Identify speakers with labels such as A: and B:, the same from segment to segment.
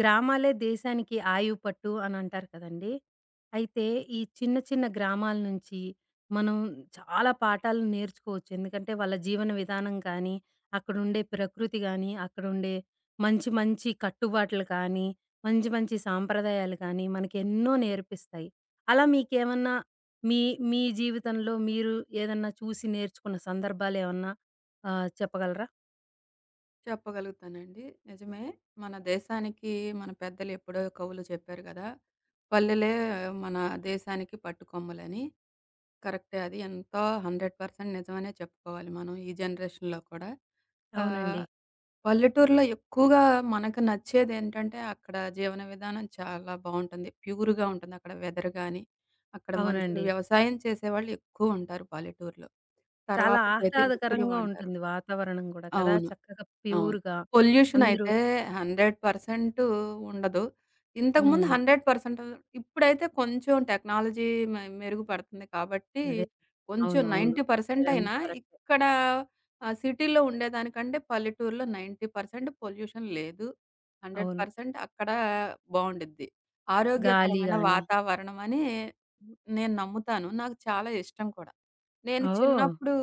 A: గ్రామాలే దేశానికి ఆయువు పట్టు అని అంటారు కదండీ! అయితే ఈ చిన్న, చిన్న గ్రామాల నుంచి మనం చాలా పాఠాలు నేర్చుకోవచ్చు. ఎందుకంటే వాళ్ళ జీవన విధానం కానీ, అక్కడుండే ప్రకృతి గానీ, అక్కడుండే మంచి, మంచి కట్టుబాట్లు కానీ, మంచి, మంచి సాంప్రదాయాలు కానీ మనకెన్నో నేర్పిస్తాయి. అలా మీకేమన్నా మీ, మీ జీవితంలో మీరు ఏదన్నా చూసి నేర్చుకున్న సందర్భాలేమన్నా చెప్పగలరా?
B: చెప్పగలుగుతానండి. నిజమే. మన దేశానికి మన పెద్దలు ఎప్పుడో కవులు చెప్పారు గదా! పల్లెలే మన దేశానికి పట్టుకొమ్మలని. కరెక్టే అది. ఎంతో 100% నిజమనే చెప్పుకోవాలి మనం ఈ జనరేషన్‌లో కూడా.
A: అవునండి.
B: ఆహ్, పల్లెటూరులో ఎక్కువగా మనకు నచ్చేదేంటంటే అక్కడ జీవన విధానం చాలా బావుంటుంది. ప్యూర్‌గా ఉంటుంది. అక్కడ వెదర్ గాని, అక్కడ మనుషులు
A: అవునండి.
B: వ్యవసాయం చేసేవాళ్ళు ఎక్కువుంటారు పల్లెటూరులో.
A: చాలా
B: తర్వాత చేతి వృత్తులు
A: ఆహ్లాదకరంగా
B: అంటారు.
A: ఉంటుంది వాతావరణం గూడా కదా!
B: అవును.
A: చక్కగా
B: అవును.
A: ప్యూర్‌గా
B: పొల్యూషన్
A: అందరూ.
B: అయితే 100% ఉండదు. ఇంతకుముందు
A: హ్మ్.
B: 100% ఇప్పుడైతే కొంచెం టెక్నాలజీ మెరుగుపడుతుంది కాబట్టి,
A: అదే.
B: కొంచెం
A: అవును. అవును.
B: 90% అయినా
A: మీరన్నది కరెక్టే.
B: ఇక్కడ సిటీలో ఉండేదానికంటే పల్లెటూరులో 90% పొల్యూషన్ లేదు.
A: అవును.
B: 100% అక్కడ బావుండిద్ది.
A: గాలి
B: ఆరోగ్యకరమైన
A: గాని.
B: వాతావరణం అని నేను నమ్ముతాను. నాకు చాలా ఇష్టం కూడా. నేను
A: ఓహ్!
B: చిన్నప్పుడు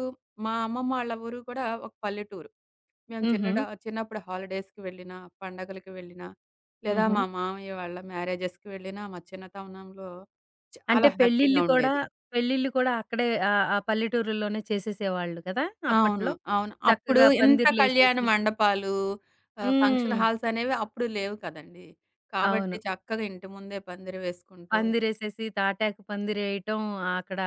B: మా అమ్మమ్మ వాళ్ళ ఊరు కూడా ఒక పల్లెటూరు. మేము
A: హుహు.
B: చిన్నప్పుడు హాలిడేస్‌కి వెళ్ళినా, పండగలకి వెళ్ళినా, లేదా
A: హుహు.
B: మా మామయ్య వాళ్ళ మ్యారేజెస్‌కి వెళ్ళినా, మా చిన్నతనంలో
A: అంటే
B: చాలా హ్యాపీగా
A: పెళ్ళిళ్ళు కూడా
B: ఉండేది.
A: పెళ్ళిళ్ళు కూడా అక్కడే ఆ పల్లెటూరుల్లోనే చేసేసేవాళ్ళు కదా!
B: అవును.
A: అప్పట్లో.
B: అవును. అప్పుడు
A: చక్కగా
B: ఇంత కళ్యాణ
A: పందిర్లేసేసి.
B: మండపాలు,
A: హ్మ్.
B: ఫంక్షన్ హాల్స్ అనేవి అప్పుడు లేవు కదండీ! కాబట్టి
A: అవును.
B: చక్కగా ఇంటి ముందే పందిరి వేసుకుంటూ
A: పందిరేసేసి తాటాకు పందిరేయటం. అక్కడ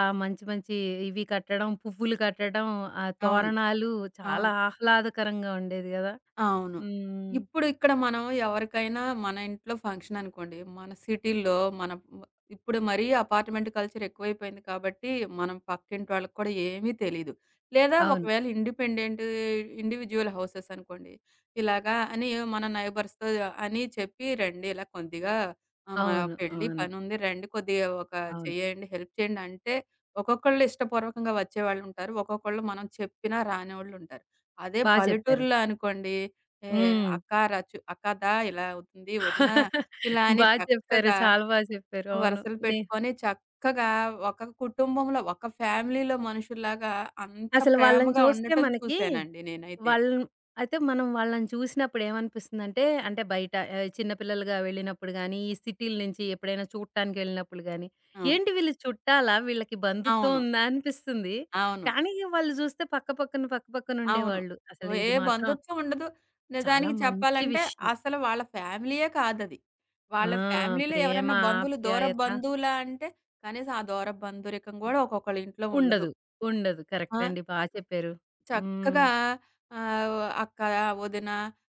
A: మంచి మంచి ఇవి కట్టడం, పువ్వులు కట్టడం, ఆ
B: అవును.
A: తోరణాలు చాలా
B: అవును.
A: ఆహ్లాదకరంగా ఉండేది గదా!
B: అవును.
A: హ్మ్.
B: ఇప్పుడు ఇక్కడ మనం ఎవరికైనా మన ఇంట్లో ఫంక్షన్ అనుకోండి, మన సిటీల్లో మనం ఇప్పుడు మరీ అపార్ట్‌మెంట్ కల్చర్ ఎక్కువైపోయింది కాబట్టి, మనం పక్కింటోళ్ళకి కూడా ఏమీ తెలీదు. లేదా
A: అవును.
B: ఒకవేళ ఇండిపెండెంట్ ఇండివిడ్యువల్ హౌసెస్ అనుకోండి. ఇలాగా అని మన నైబర్స్‌తో అని చెప్పి, "రండి ఇలా కొద్దిగా మా
A: అవును.
B: పెళ్లి
A: అవును.
B: పనుంది రండి కొద్దిగా ఒక
A: అవును.
B: చేయండి, హెల్ప్ చేయండి" అంటే ఒక్కొక్కళ్ళు ఇష్టపూర్వకంగా వచ్చేవాళ్ళుంటారు. ఒక్కొక్కళ్ళు మనం చెప్పినా రానివోళ్ళుంటారు. అదే
A: బా చెప్పారు.
B: పల్లెటూరులో అనుకోండి, ఏ
A: హ్మ్.
B: అక్కదా ఇలా అవుతుంది,
A: బా
B: వదిన ఇలా అని
A: చెప్పారు.
B: చక్కగా
A: చాలా బా చెప్పారు. అవును.
B: వరసలు
A: నే
B: పెట్టుకొని చక్కగా ఒక కుటుంబంలో, ఒక ఫ్యామిలీలో మనుషుల్లాగా అంత
A: అసలు వాళ్ళని
B: ప్రేమగా
A: చూస్తే
B: ఉండటం
A: మనకి
B: చూసానండి నేనైతే.
A: వాళ్ళని, అయితే మనం వాళ్ళని చూసినప్పుడు ఏమనిపిస్తుందంటే, అంటే అంటే బయట చిన్న పిల్లలుగా వెళ్ళినప్పుడు గానీ, ఈ సిటీల నుంచి ఎప్పుడైనా చూడటానికెళ్ళినప్పుడు గానీ,
B: అవును.
A: ఏంటి వీళ్ళు చుట్టాలా? వీళ్ళకి బంధుత్వం
B: అవును.
A: ఉందా? అనిపిస్తుంది.
B: అవును.
A: కానీ వాళ్ళు చూస్తే పక్క పక్కన, పక్క పక్కన
B: అవును.
A: ఉండేవాళ్ళు. అసలు
B: ఏ
A: ఇది మాత్రం
B: బంధుత్వం ఉండదు.
A: చాలా
B: నిజానికి
A: మంచి
B: చెప్పాలంటే
A: విషయం.
B: అసలు వాళ్ళ ఫ్యామిలీయే కాదది.
A: ఆ!
B: వాళ్ళ ఫ్యామిలీలో
A: ప్రేమ,
B: ఎవరన్నా బంధువులు దూరపు
A: ఆప్యాయత
B: బంధువులా అంటే కనీసం ఆ దూరపు బంధురికం గూడా ఒక్కొక్కళ్ళ ఇంట్లో ఉండదు.
A: ఉండదు. ఉండదు. కరెక్ట్
B: ఆ!
A: అండి. బా చెప్పారు. హ్మ్.
B: చక్కగా అక్క, వదిన,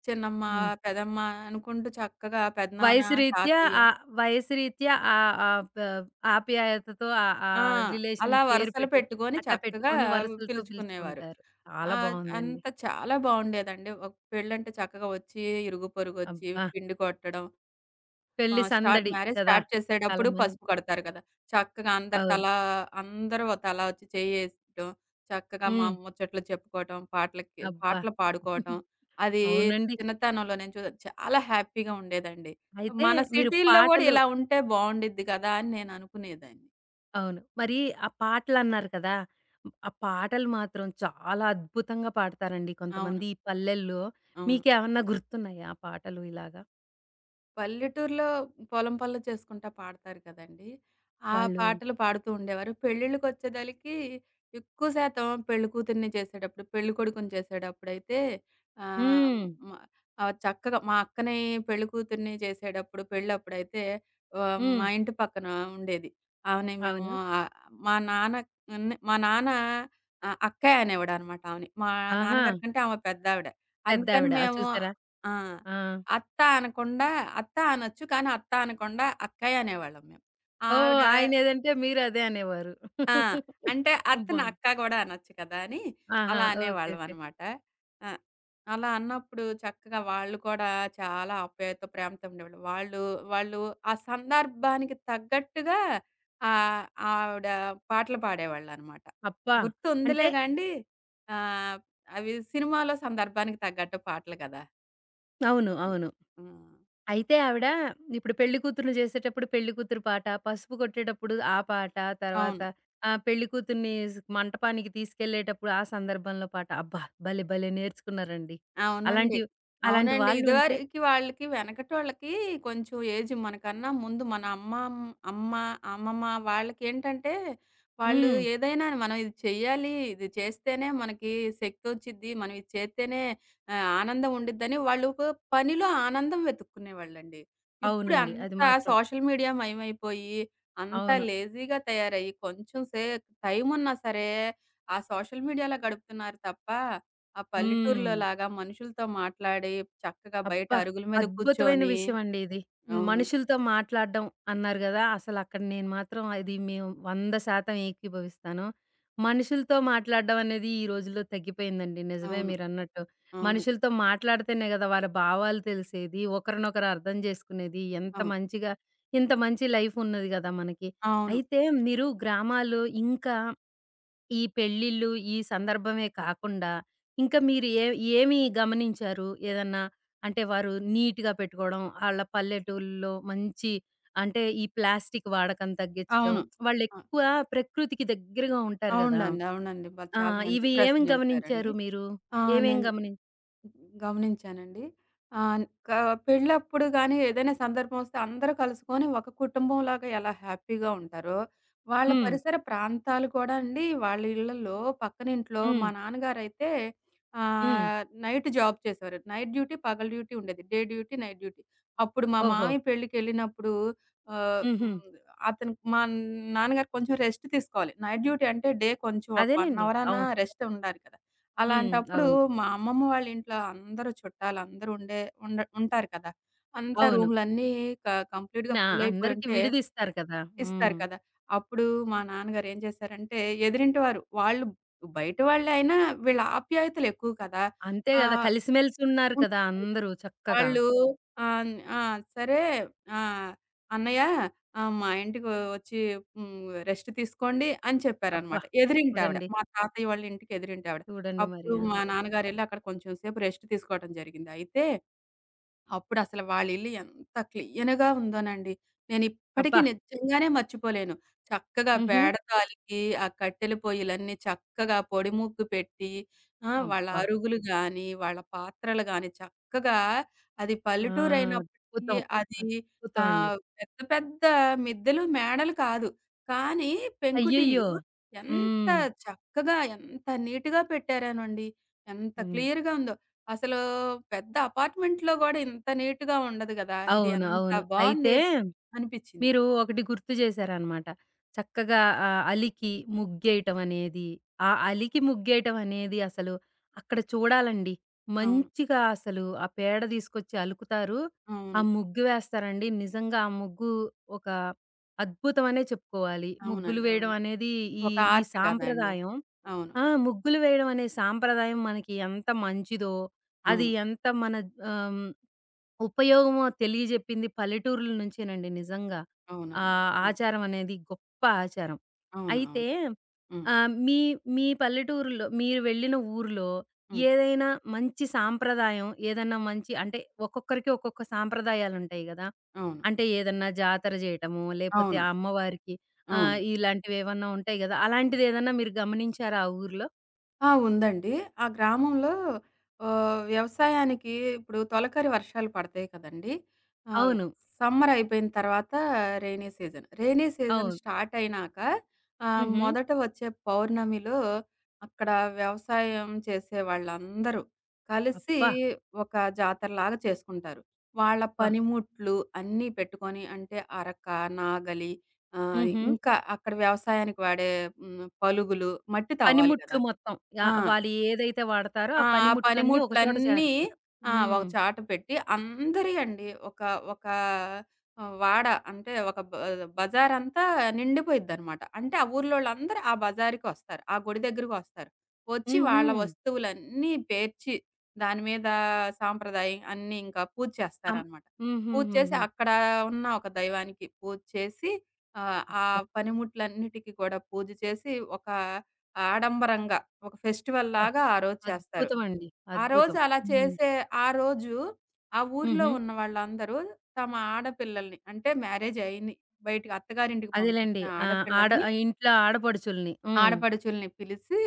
B: చిన్నమ్మ,
A: హ్మ్.
B: పెదమ్మ అనుకుంటూ చక్కగా పెదనాన్న,
A: వయసు రీత్యా
B: తాతయ్య
A: ఆహ్, వయసు రీత్యా ఆహ్, ఆహ్, ప ఆప్యాయతతో ఆహ్,
B: ఆ!
A: ఆహ్, రిలేషన్
B: అలా
A: పేరు
B: వరుసలు
A: పెట్టి
B: పెట్టుకొని
A: అట్లా
B: చక్కగా
A: పెట్టుకొని వరసలతో
B: పిలుచుకునేవారు.
A: పిలుచుకుంటారు. చాలా బావుందండి.
B: అంతా చాలా బావుండేదండి. ఒక పెళ్ళంటే చక్కగా వచ్చి ఇరుగు పొరుగొచ్చి
A: అబ్బా!
B: పిండి కొట్టడం, ఆ!
A: పెళ్లి సందడి
B: మ్యారేజ్
A: కదా!
B: స్టార్ట్
A: చాలా
B: చేసేటప్పుడు
A: మం
B: పసుపు కడతారు కదా! చక్కగా అందరు
A: అవును.
B: తలా అందరూ తలా వచ్చి చెయ్యేయడం, చక్కగా మా
A: హ్మ్.
B: ముచ్చట్లు చెప్పుకోవటం, పాటలకి
A: అబ్బా!
B: పాటలు పాడుకోవటం, అది
A: అవునండి.
B: చిన్నతనంలో నేను చాలా హ్యాపీగా ఉండేదండి.
A: అయితే
B: మన
A: మీరు
B: సిటీల్లో గూడా
A: పాటలు
B: ఇలా ఉంటే బావుండిద్ది కదా! అని నేను అనుకునేదాన్ని.
A: అవును. మరి ఆ పాటలన్నారు కదా! ఆ పాటలు మాత్రం చాలా అద్భుతంగా పాడతారండి
B: అవును.
A: కొంతమంది ఈ పల్లెల్లో.
B: అవును.
A: మీకేమన్నా గుర్తున్నాయా ఆ పాటలు ఇలాగా?
B: పల్లెటూరులో పొలం పనులు చేసుకుంటా పాడతారు కదండీ! ఆ
A: వాళ్ళు
B: పాటలు పాడుతూ ఉండేవారు. పెళ్ళిళ్ళకొచ్చేదలికి ఎక్కువ శాతం పెళ్ళికూతురిని చేసేటప్పుడు, పెళ్ళికొడుకుని చేసేటప్పుడైతే ఆహ్,
A: హ్మ్.
B: మ చక్కగా మా అక్కని పెళ్ళికూతురిని చేసేటప్పుడు పెళ్ళప్పుడైతే
A: హ్మ్.
B: మా ఇంటి పక్కన ఉండేది. ఆమెని మేము
A: అవునా?
B: ఆహ్, మా నాన్న మా నాన్న అక్కయ్య అనేవాడనమాట ఆమెని. మా
A: ఆహా!
B: నాన్నగారి కంటే ఆమె పెద్దావిడ. అందుకని
A: పెద్దావిడ. ఆ!
B: మేము
A: చూసారా?
B: ఆ!
A: ఆ!
B: అత్త అనకుండా అత్త అనొచ్చు. కానీ అత్త అనకుండా అక్కయ్య అనేవాళ్ళం మేము.
A: ఓహ్!
B: ఆవిడ
A: ఆయనేదంటే మీరు అదే అనేవారు.
B: ఆ! అంటే అత్తని
A: బావుంది.
B: అక్క గూడా అనొచ్చు కదా! అని
A: ఆహా!
B: అలా
A: ఓకే.
B: అనేవాళ్ళం
A: ఓకే.
B: అనమాట. ఆ! అలా అన్నప్పుడు చక్కగా వాళ్ళు కూడా చాలా ఆప్యాయత, ప్రేమతో ఉండేవాళ్ళు. వాళ్ళు ఆ సందర్భానికి తగ్గట్టుగా ఆహ్, ఆవిడ పాటలు పాడేవాళ్ళనమాట.
A: అబ్బా!
B: గుర్తుందిలే
A: అంటే
B: గాండి ఆహ్, అవి సినిమాలో సందర్భానికి తగ్గట్టు పాటలు కదా!
A: అవును.
B: అది.
A: అవును.
B: హ్మ్.
A: అయితే ఆవిడ ఇప్పుడు పెళ్లి కూతురుని చేసేటప్పుడు పెళ్లి కూతురు పాట, పసుపు కొట్టేటప్పుడు ఆ పాట, తర్వాత
B: అవును.
A: పెళ్లి కూతుర్ని మంటపానికి తీసుకెళ్ళేటప్పుడు ఆ సందర్భంలో పాట. అబ్బా! భలే భలే నేర్చుకున్నారండి.
B: అవునండి.
A: అలాంటివి అలాంటి
B: అవునండి.
A: వాళ్ళుంటే.
B: ఇదివరకి వాళ్ళకి వెనకటోళ్ళకి కొంచెం ఏజ్ మనకన్నా ముందు మన అమ్మ, అమ్మమ్మ వాళ్ళకేంటంటే, వాళ్ళు
A: హ్మ్.
B: ఏదైనా మనం ఇది చెయ్యాలి, ఇది చేస్తేనే మనకి శక్తొచ్చిద్ది, మనం ఇది చేత్తేనే ఆనందం ఉండిద్దని వాళ్ళు ఒక పనిలో ఆనందం వెతుక్కునేవాళ్ళండి. ఇప్పుడు
A: అవునండి. అది
B: అంతా
A: మాత్రం.
B: సోషల్ మీడియా మయమైపోయి, అంతా
A: అవును.
B: లేజీగా తయారయ్యి, కొంచెం సే టైమున్నా సరే, ఆ సోషల్ మీడియాలో గడుపుతున్నారు తప్ప ఆ
A: హ్మ్.
B: పల్లెటూరులో లాగా మనుషులతో మాట్లాడి, చక్కగా బయట
A: అబ్బా!
B: అరుగుల మీద
A: అద్భుతమైన
B: కూర్చొని
A: విషయమండి ఇది.
B: అవును.
A: మనుషులతో మాట్లాడడం అన్నారు గదా! అసలు అక్కడ నేను మాత్రం అది మేము 100% ఏకీభవిస్తాను. మనుషులతో మాట్లాడడం అనేది ఈ రోజుల్లో తగ్గిపోయిందండి. నిజమే
B: అవును.
A: మీరన్నట్టు.
B: అవును.
A: మనుషులతో మాట్లాడితేనే గదా! వాళ్ళ భావాలు తెలిసేది. ఒకరినొకరు అర్థం చేసుకునేది. ఎంత
B: అవును.
A: మంచిగా ఇంత మంచి లైఫ్ ఉన్నది గదా! మనకి.
B: అవును.
A: అయితే మీరు గ్రామాలు ఇంకా ఈ పెళ్ళిళ్ళు, ఈ సందర్భమే కాకుండా ఇంకా మీరు ఏమి గమనించారు? ఏదన్నా అంటే వారు నీట్‌గా పెట్టుకోవడం, ఆళ్ళ పల్లెటూల్లో మంచి అంటే ఈ ప్లాస్టిక్ వాడకం తగ్గించటం,
B: అవును. ఆ!
A: వాళ్ళెక్కువ ప్రకృతికి దగ్గరగా ఉంటారు గదా!
B: అవునండి. అవునండి. బా
A: ఆ!
B: చాలా మంచి
A: ఇవి ఏమి
B: ప్రశ్నేశారండి.
A: గమనించారు మీరు?
B: ఆ!
A: ఏమేం
B: నేను
A: గమని
B: గమనించానండి. ఆహ్, క పెళ్ళప్పుడు గానీ, ఏదైనా సందర్భమొస్తే అందరూ కలుసుకొని ఒక కుటుంబంలాగా ఎలా హ్యాపీగా ఉంటారో, వాళ్ళ
A: హ్మ్.
B: పరిసర ప్రాంతాలు కూడా అండి, వాళ్ళ ఇళ్ళల్లో పక్కనింట్లో
A: హ్మ్.
B: మా నాన్నగారైతే
A: హ్మ్.
B: నైట్ జాబ్ చేసేవారు. నైట్ డ్యూటీ, పగలు డ్యూటీ ఉండేది. Day duty, night duty. అప్పుడు మా
A: ఓహో!
B: మామయ్య పెళ్ళికెళ్ళినప్పుడు ఆహ్,
A: హుహు.
B: హ్మ్, అతను మా నాన్నగారు కొంచెం రెస్ట్ తీసుకోవాలి. నైట్ డ్యూటీ అంటే డే కొంచెం ఒక 1
A: అదేలెండి.
B: అవర్ అన్నా
A: అవును.
B: రెస్ట్ ఉండాలి కదా!
A: హ్మ్.
B: అలాంటప్పుడు
A: అవును.
B: మా అమ్మమ్మ వాళ్ళ ఇంట్లో అందరూ చుట్టాలందరూ ఉండే ఉండ ఉంటారు కదా! అంతా
A: అవును.
B: రూములన్నీ క కంప్లీట్‌గా
A: నా
B: ఫుల్
A: అందరికీ
B: అయిపోయుంటే
A: విడిదిస్తారు కదా!
B: ఇస్తారు
A: హ్మ్.
B: కదా! అప్పుడు మా నాన్నగారు ఏం చేశారంటే, ఎదిరింటి వారు వాళ్ళు బయట వాళ్ళే అయినా వీళ్ళ ఆప్యాయతలు ఎక్కువ కదా!
A: అంతే గదా!
B: ఆహ్,
A: కలిసిమెలిసి ఉన్నారు కదా!
B: ఉండేది కాదు.
A: అందరూ చక్కగా.
B: వాళ్ళు ఆహ్, ఆ! సరే ఆహ్, "అన్నయ్య మా ఇంటికి వచ్చి హ్మ్, రెస్ట్ తీసుకోండి" అని
A: అబ్బా!
B: చెప్పారనమాట. ఎదిరింటావిడ.
A: చూడండి.
B: మా తాతయ్య వాళ్ళ ఇంటికి ఎదిరింటావిడ.
A: చూడండి మరి
B: అప్పుడు మా
A: అంత.
B: నాన్నగారెళ్లి అక్కడ కొంచెం సేపు రెస్ట్ తీసుకోవటం జరిగింది. అయితే అప్పుడసలు వాళ్ళిల్లు ఎంత క్లీన్‌గా ఉందోనండి. నేనిప్పటికీ
A: అబ్బా!
B: నిజంగానే మర్చిపోలేను. చక్కగా
A: హుహు.
B: పేడ తాలికి, ఆ కట్టెల పొయ్యిలన్నీ చక్కగా పొడి ముగ్గు పెట్టి, ఆ! వాళ్ళ
A: అబ్బా!
B: అరుగులు గానీ, వాళ్ళ పాత్రలు గానీ చక్కగా అది
A: ఆ!
B: పల్లెటూరైనప్పటికీ
A: అద్భుతం.
B: అది
A: అద్భుతం అండి.
B: పెద్ద పెద్ద మిద్దెలు, మేడలు కాదు. కానీ
A: అయ్యయ్యో!
B: పెంకుటిల్లు ఎంత
A: హ్మ్.
B: చక్కగా, ఎంత నీట్‌గా పెట్టారోనండి. ఎంత
A: హ్మ్.
B: క్లియర్‌గా ఉందో. అసలు పెద్ద అపార్ట్‌మెంట్‌లో గూడా ఇంత నీట్‌గా ఉండదు గదా! ఇది
A: అవును.
B: ఎంత
A: అవును. అయితే
B: బావుంది అనిపిచ్చింది.
A: మీరు ఒకటి గుర్తు చేశారనమాట. చక్కగా అలికి ముగ్గేయటం అనేది, ఆ అలికి ముగ్గేయటం అనేది అసలు అక్కడ చూడాలండి.
B: అవును.
A: మంచిగా అసలు ఆ పేడ తీసుకొచ్చి అలుకుతారు. ఆ
B: అవును.
A: ముగ్గు వేస్తారండి. నిజంగా ఆ ముగ్గు ఒక అద్భుతం అనే చెప్పుకోవాలి. ముగ్గులు
B: అవునండి.
A: వేయడం
B: అవును.
A: అనేది ఈ
B: ఒక
A: ఈ
B: ఆర్ట్ కదండీ.
A: సాంప్రదాయం.
B: అవును.
A: ఆ! ముగ్గులు వేయడం అనే సాంప్రదాయం మనకి ఎంత మంచిదో, అది
B: అవును.
A: ఎంత మన ఆహ్, హ్మ్ ఉపయోగము తెలియజెప్పింది పల్లెటూరుల నుంచేనండి నిజంగా. ఆ
B: అవునండి. హ్మ్.
A: ఆచారం అనేది గొప్ప ఆచారం.
B: అవును.
A: అయితే
B: అవును. హ్మ్.
A: మీ మీ పల్లెటూరులో మీరు వెళ్ళిన ఊర్లో
B: హ్మ్.
A: ఏదైనా మంచి సాంప్రదాయం, ఏదన్నా మంచి అంటే ఒక్కొక్కరికి ఒక్కొక్క సాంప్రదాయాలుంటాయి గదా!
B: అవును.
A: అంటే ఏదన్నా జాతర జేయటమో, లేపోతే
B: అవును.
A: ఆ అమ్మవారికి
B: అవును.
A: ఇలాంటివేవన్నా ఉంటాయి గదా! అలాంటిదేదన్నా మీరు గమనించారా ఆ ఊర్లో?
B: ఆ! ఉందండి. ఆ గ్రామంలో వ్యవసాయానికి ఇప్పుడు తొలకరి వర్షాలు పడతాయి కదండీ! ఆహ్,
A: అవును.
B: సమ్మర్ అయిపోయిన తర్వాత రెయినీ సీజన్. రెయినీ సీజన్
A: అవును.
B: స్టార్ట్ అయినాక
A: హుహు.
B: మొదట వచ్చే పౌర్ణమిలో అక్కడ వ్యవసాయం చేసే వాళ్ళందరూ కలిసి
A: అబ్బా!
B: ఒక జాతరలాగా చేసుకుంటారు. వాళ్ళ
A: అబ్బా!
B: పనిముట్లు అన్నీ పెట్టుకొని అంటే అరక, నాగలి ఆ!
A: హుహు.
B: ఇంకా అక్కడ వ్యవసాయానికి వాడే హ్మ్. పలుగులు, మట్టి తవ్వాలి
A: పనిముట్లు
B: గదా!
A: మొత్తం. యాహ్!
B: ఆ!
A: వాళ్ళు ఏదైతే వాడతారో ఆ
B: ఆ! ఆ
A: పనిముట్లన్నీ ఒక చోట
B: పనిముట్లన్నీ
A: చేరుతారు.
B: ఆ! ఒక
A: హ్మ్.
B: చాట పెట్టి అందరియండి. ఒక ఒక వాడ అంటే ఒక బ బజారంతా నిండిపోయిద్దనమాట. అంటే ఆ ఊర్లోళ్ళందరూ ఆ బజారుకొస్తారు. ఆ గుడి దగ్గరకొస్తారు. వచ్చి
A: హుహు.
B: వాళ్ళ వస్తువులన్నీ పేర్చి దాని మీద సాంప్రదాయం అన్నీ ఇంకా పూజ
A: అం
B: చేస్తారనమాట. పూజ చేసి
A: హుహుహుహు.
B: అక్కడ ఉన్న ఒక దైవానికి పూజ చేసి ఆ పనిముట్లన్నిటికి కూడా పూజ చేసి ఒక ఆడంబరంగా ఒక
A: అబ్బా!
B: ఫెస్టివల్‌లాగా ఆ రోజు చేస్తారు.
A: అద్భుతమండి.
B: ఆ రోజు
A: అద్భుతం.
B: అలా
A: హ్మ్.
B: చేసే ఆ రోజు ఆ ఊర్లో
A: హుహు.
B: ఉన్న వాళ్ళందరూ తమ ఆడపిల్లల్ని అంటే మ్యారేజ్ అయ్యిని బయటికి అత్తగారింటికి
A: అదేలెండి.
B: పంపించిన ఆడపిల్లల్ని
A: ఆ ఇంట్లో ఆడపడుచుల్ని. హ్మ్.
B: ఆడపడుచుల్ని పిలిసి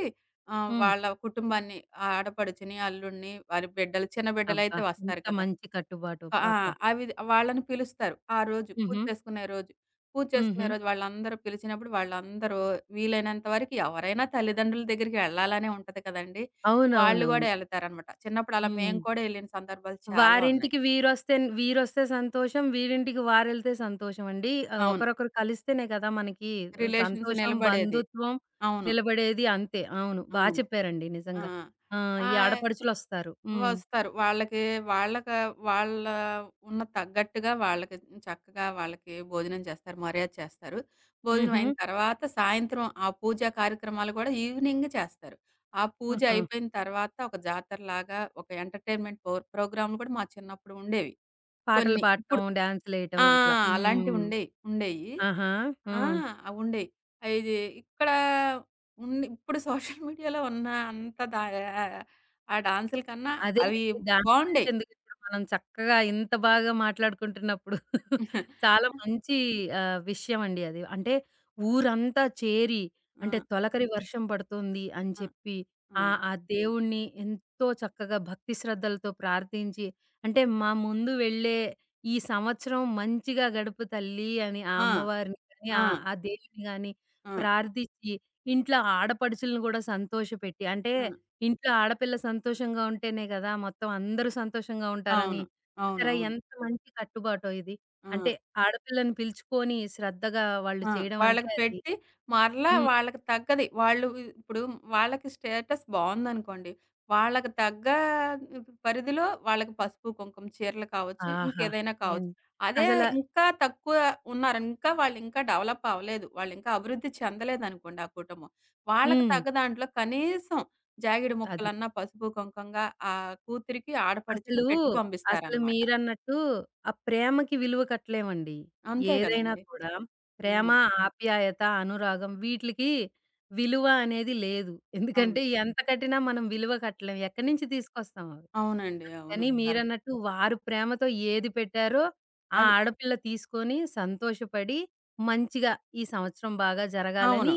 A: హ్మ్.
B: వాళ్ళ కుటుంబాన్ని ఆ ఆడపడుచుని, అల్లుడిని, వారి బిడ్డలు చిన్న
A: అబ్బా!
B: బిడ్డలైతే వస్తారు
A: ఎంత
B: కదా!
A: మంచి కట్టుబాటు.
B: ఆ!
A: అబ్బబ్బా!
B: అవి వాళ్ళని పిలుస్తారు. ఆ రోజు పూజ
A: హుహు.
B: చేసుకునే రోజు. పూజ
A: హుహు.
B: చేసుకునే రోజు వాళ్ళందరూ పిలిచినప్పుడు వాళ్ళందరూ వీలైనంత వరకు ఎవరైనా తల్లిదండ్రుల దగ్గరికి వెళ్ళాలనే ఉంటది కదండీ! వాళ్ళు
A: అవునవునవును.
B: గూడా ఎళ్తారనమాట. చిన్నప్పుడు అలా
A: హ్మ్.
B: మేము కూడా ఎళ్ళిన సందర్భాలు చాలా ఉన్నాయి.
A: వారింటికి వీరొస్తే వీరొస్తే సంతోషం. వీరింటికి వారెళ్తే సంతోషమండి.
B: అవును.
A: ఒకరొకరు కలిస్తేనే కదా! మనకి
B: రిలేషన్స్
A: సంతోషం,
B: నిలబడేది.
A: బంధుత్వం
B: అవును.
A: నిలబడేది అంతే. అవును. బా
B: అవును.
A: చెప్పారండి
B: ఆ!
A: నిజంగా. ఆ!
B: ఆ!
A: ఈ ఆడపడుచులొస్తారు. హ్మ్.
B: వస్తారు. వాళ్ళకి వాళ్ళకి వాళ్ళ ఉన్న తగ్గట్టుగా వాళ్ళకి చక్కగా వాళ్ళకి భోజనం చేస్తారు. మర్యాద చేస్తారు. భోజనం
A: హుహు.
B: అయిన తర్వాత సాయంత్రం ఆ పూజా కార్యక్రమాలు గూడా ఈవినింగ్ చేస్తారు. ఆ పూజ
A: ఆహా!
B: అయిపోయిన తర్వాత ఒక జాతరలాగా ఒక ఎంటర్‌టైన్‌మెంట్ ప్రోగ్రామ్‌లు కూడా మా చిన్నప్పుడు ఉండేవి.
A: పాటలు
B: కొన్ని
A: పాడటం,
B: ఇప్పుడు
A: డాన్సులేయటం
B: ఆ!
A: ఇట్లా.
B: అలాంటివి
A: హ్మ్.
B: ఉండేయి. ఉండేయి.
A: ఆహా!
B: ఆ!
A: హ్మ్.
B: అవి ఉండేయి. ఇది ఇక్కడ ఉండి ఇప్పుడు సోషల్ మీడియాలో ఉన్న అంత దా ఆహ్, ఆ డాన్సుల కన్నా అవి
A: అదేలెండి. దాని
B: బావుండేయి.
A: గురించెందుకిప్పుడు మనం చక్కగా ఇంత బాగా మాట్లాడుకుంటున్నప్పుడు. చాలా మంచి విషయమండి అది. అంటే ఊరంతా చేరి
B: ఆ!
A: అంటే తొలకరి వర్షం పడుతుంది అని
B: ఆ!
A: చెప్పి
B: అవును.
A: ఆ దేవుడిని ఎంతో చక్కగా భక్తి శ్రద్ధలతో ప్రార్థించి అంటే మా ముందు వెళ్ళే ఈ సంవత్సరం మంచిగా గడుపు తల్లి అని ఆ
B: ఆ!
A: అమ్మవారిని గాని, ఆ
B: ఆ!
A: ఆ దేవుడిని గాని
B: ఆ!
A: ప్రార్థించి ఇంట్లో ఆడపడుచులను గూడా సంతోషపెట్టి అంటే
B: అవును.
A: ఇంట్లో ఆడపిల్ల సంతోషంగా ఉంటేనే గదా! మొత్తం అందరూ సంతోషంగా ఉంటారని.
B: అవును.
A: చూసారా
B: అవునవును.
A: ఎంత మంచి కట్టుబాటో ఇది.
B: ఆ!
A: అంటే ఆడపిల్లని పిలుచుకొని శ్రద్ధగా వాళ్ళు
B: ఆ!
A: చేయడం అంటే
B: వాళ్ళకి
A: అది.
B: పెట్టి మరలా
A: హ్మ్.
B: వాళ్ళకి తగ్గది. వాళ్ళు ఇప్పుడు వాళ్ళకి స్టేటస్ బావుందనుకోండి. వాళ్ళకి తగ్గ పరిధిలో వాళ్ళకి పసుపు, కుంకుమ చీరలు కావచ్చు,
A: ఆహా!
B: ఇంకేదైనా
A: ఏం
B: కావచ్చు. అదే
A: అసల
B: ఇంకా తక్కువ ఉన్నారు. వాళ్ళు ఇంకా డెవలప్ అవ్వలేదు. వాళ్ళు ఇంకా అభివృద్ధి చెందలేదనుకోండి ఆ కుటుంబం. వాళ్ళకి
A: హ్మ్.
B: తగ్గ దాంట్లో కనీసం జాగిడి
A: అది.
B: ముక్కలన్నా పసుపు, కుంకంగా ఆ కూతురికి, ఆడపడుచుకి
A: అసలు,
B: పెట్టి
A: అసలు
B: పంపిస్తారనమాట.
A: మీరన్నట్టు ఆ ప్రేమకి విలువ కట్టలేమండి.
B: అంతే
A: ఏదైనా
B: గదండీ!
A: కూడా ప్రేమ,
B: అవును.
A: ఆప్యాయత, అనురాగం వీట్లికి విలువ అనేది లేదు. ఎందుకంటే
B: అవును.
A: ఎంత కట్టినా మనం విలువ కట్టలేం. ఎక్కడి నుంచి తీసుకొస్తాం అవి?
B: అవునండి. అవును.
A: అందుకని
B: కరెక్ట్.
A: మీరన్నట్టు వారు ప్రేమతో ఏది పెట్టారో ఆ
B: అది
A: ఆడపిల్ల తీసుకొని సంతోషపడి మంచిగా ఈ సంవత్సరం బాగా
B: అవును.
A: జరగాలని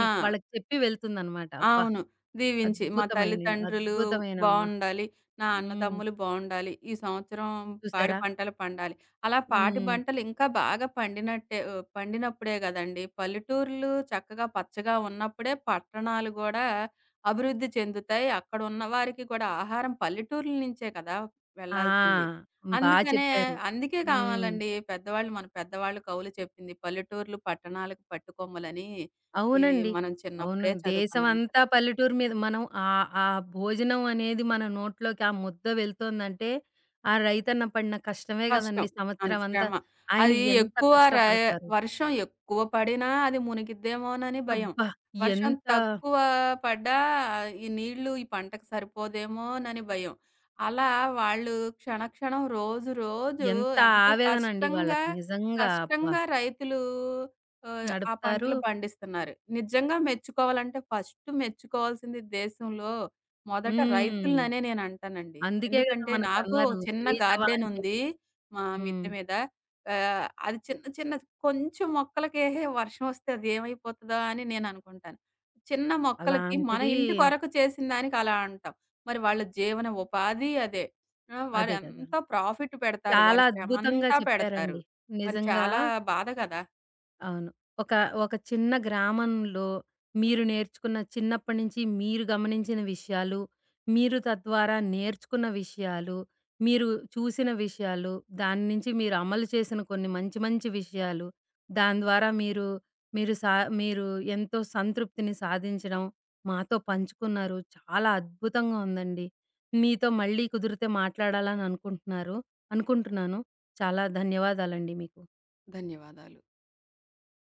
B: ఆ!
A: వాళ్ళకి చెప్పి వెళ్తుందనమాట. అబ్బా!
B: అవును. దీవించి మా
A: అద్భుతమైన
B: తల్లిదండ్రులు
A: అద్భుతమైన అమ్మ.
B: బావుండాలి. నా
A: హ్మ్.
B: అన్నదమ్ములు బావుండాలి. ఈ సంవత్సరం పాడి
A: చూసారా?
B: పంటలు పండాలి. అలా పాడి
A: హ్మ్.
B: పంటలు ఇంకా బాగా పండినట్టే పండినప్పుడే గదండీ! పల్లెటూర్లు చక్కగా పచ్చగా ఉన్నప్పుడే పట్టణాలు గూడా అభివృద్ధి చెందుతాయి. అక్కడున్న వారికి కూడా ఆహారం పల్లెటూర్ల నుంచే కదా!
A: ఆ!
B: వెళ్ళాల్సింది.
A: బా
B: అందుకనే
A: చెప్పారు.
B: అందుకే
A: హ్మ్.
B: కావాలండి మన పెద్దవాళ్ళు కవులు చెప్పింది. పల్లెటూర్లు పట్టణాలకు పట్టుకొమ్మలని. ఈ
A: అవునండి.
B: మనం
A: అవును.
B: చిన్నప్పుడే చదువుకున్నాం
A: దేశమంతా
B: కదా!
A: పల్లెటూరు మీద మనం ఆ భోజనం అనేది మన నోట్లోకి ఆ ముద్ద వెళ్తోందంటే, ఆ రైతన్న పడిన కష్టమే
B: కష్టం.
A: గదండీ
B: అంత
A: సంవత్సరం అంతా.
B: శ్రమ.
A: ఆయన
B: అది
A: ఎంత
B: ఎక్కువ రా
A: కష్టపడతారు.
B: వర్షం ఎక్కువ పడినా అది మునిగిద్దేమోనని భయం.
A: అబ్బా!
B: వర్షం
A: ఎంత,
B: తక్కువ పడ్డా ఈ నీళ్ళు ఈ పంటకు సరిపోదేమోనని భయం. అలా వాళ్ళు క్షణక్షణం రోజు రోజు
A: ఎంత
B: ఎంత
A: ఆవేదనండి
B: కష్టంగా,
A: వాళ్ళకి నిజంగా. అబ్బా!
B: కష్టంగా రైతులు ఆ
A: నడుపుతారు.
B: పంటలు పండిస్తున్నారు. నిజంగా మెచ్చుకోవాలంటే ఫస్ట్ మెచ్చుకోవాల్సింది దేశంలో మొదట
A: హ్మ్.
B: రైతులననే నేనంటానండి.
A: అందుకే గదా!
B: ఎందుకంటే నాకు ఒక
A: మనకన్నారు
B: చిన్న
A: జై జవాన్ జై
B: గార్డెనుంది.
A: కిసాన్.
B: మా
A: హ్మ్.
B: మిద్దె మీద. అది చిన్న చిన్నది కొంచెం మొక్కలకే వర్షం వస్తే అదేమైపోతదో అని నేననుకుంటాను. చిన్న మొక్కలకి మన
A: అలాంటిది
B: ఇంటి కొరకు చేసిన దానికి అలా అంటాం. మరి వాళ్ళ జీవన ఉపాధి అదే. ఆ!
A: అదే గదా!
B: వారెంత ప్రాఫిట్ పెడతారు.
A: చాలా
B: వారి
A: అద్భుతంగా
B: శ్రమంతా పెడతారు.
A: చెప్పారండి.
B: మరి
A: నిజంగా.
B: చాలా బాధ కదా!
A: అవును. ఒక, ఒక చిన్న గ్రామంలో మీరు నేర్చుకున్న చిన్నప్పటి నుంచి మీరు గమనించిన విషయాలు, మీరు తద్వారా నేర్చుకున్న విషయాలు, మీరు చూసిన విషయాలు, దాని నుంచి మీరు అమలు చేసిన కొన్ని మంచి మంచి విషయాలు, దాని ద్వారా మీరు సా మీరు ఎంతో సంతృప్తిని సాధించడం మాతో పంచుకున్నారు. చాలా అద్భుతంగా ఉందండి. మీతో మళ్ళీ కుదిరితే మాట్లాడాలని అనుకుంటున్నాను. చాలా ధన్యవాదాలండి మీకు.
B: ధన్యవాదాలు.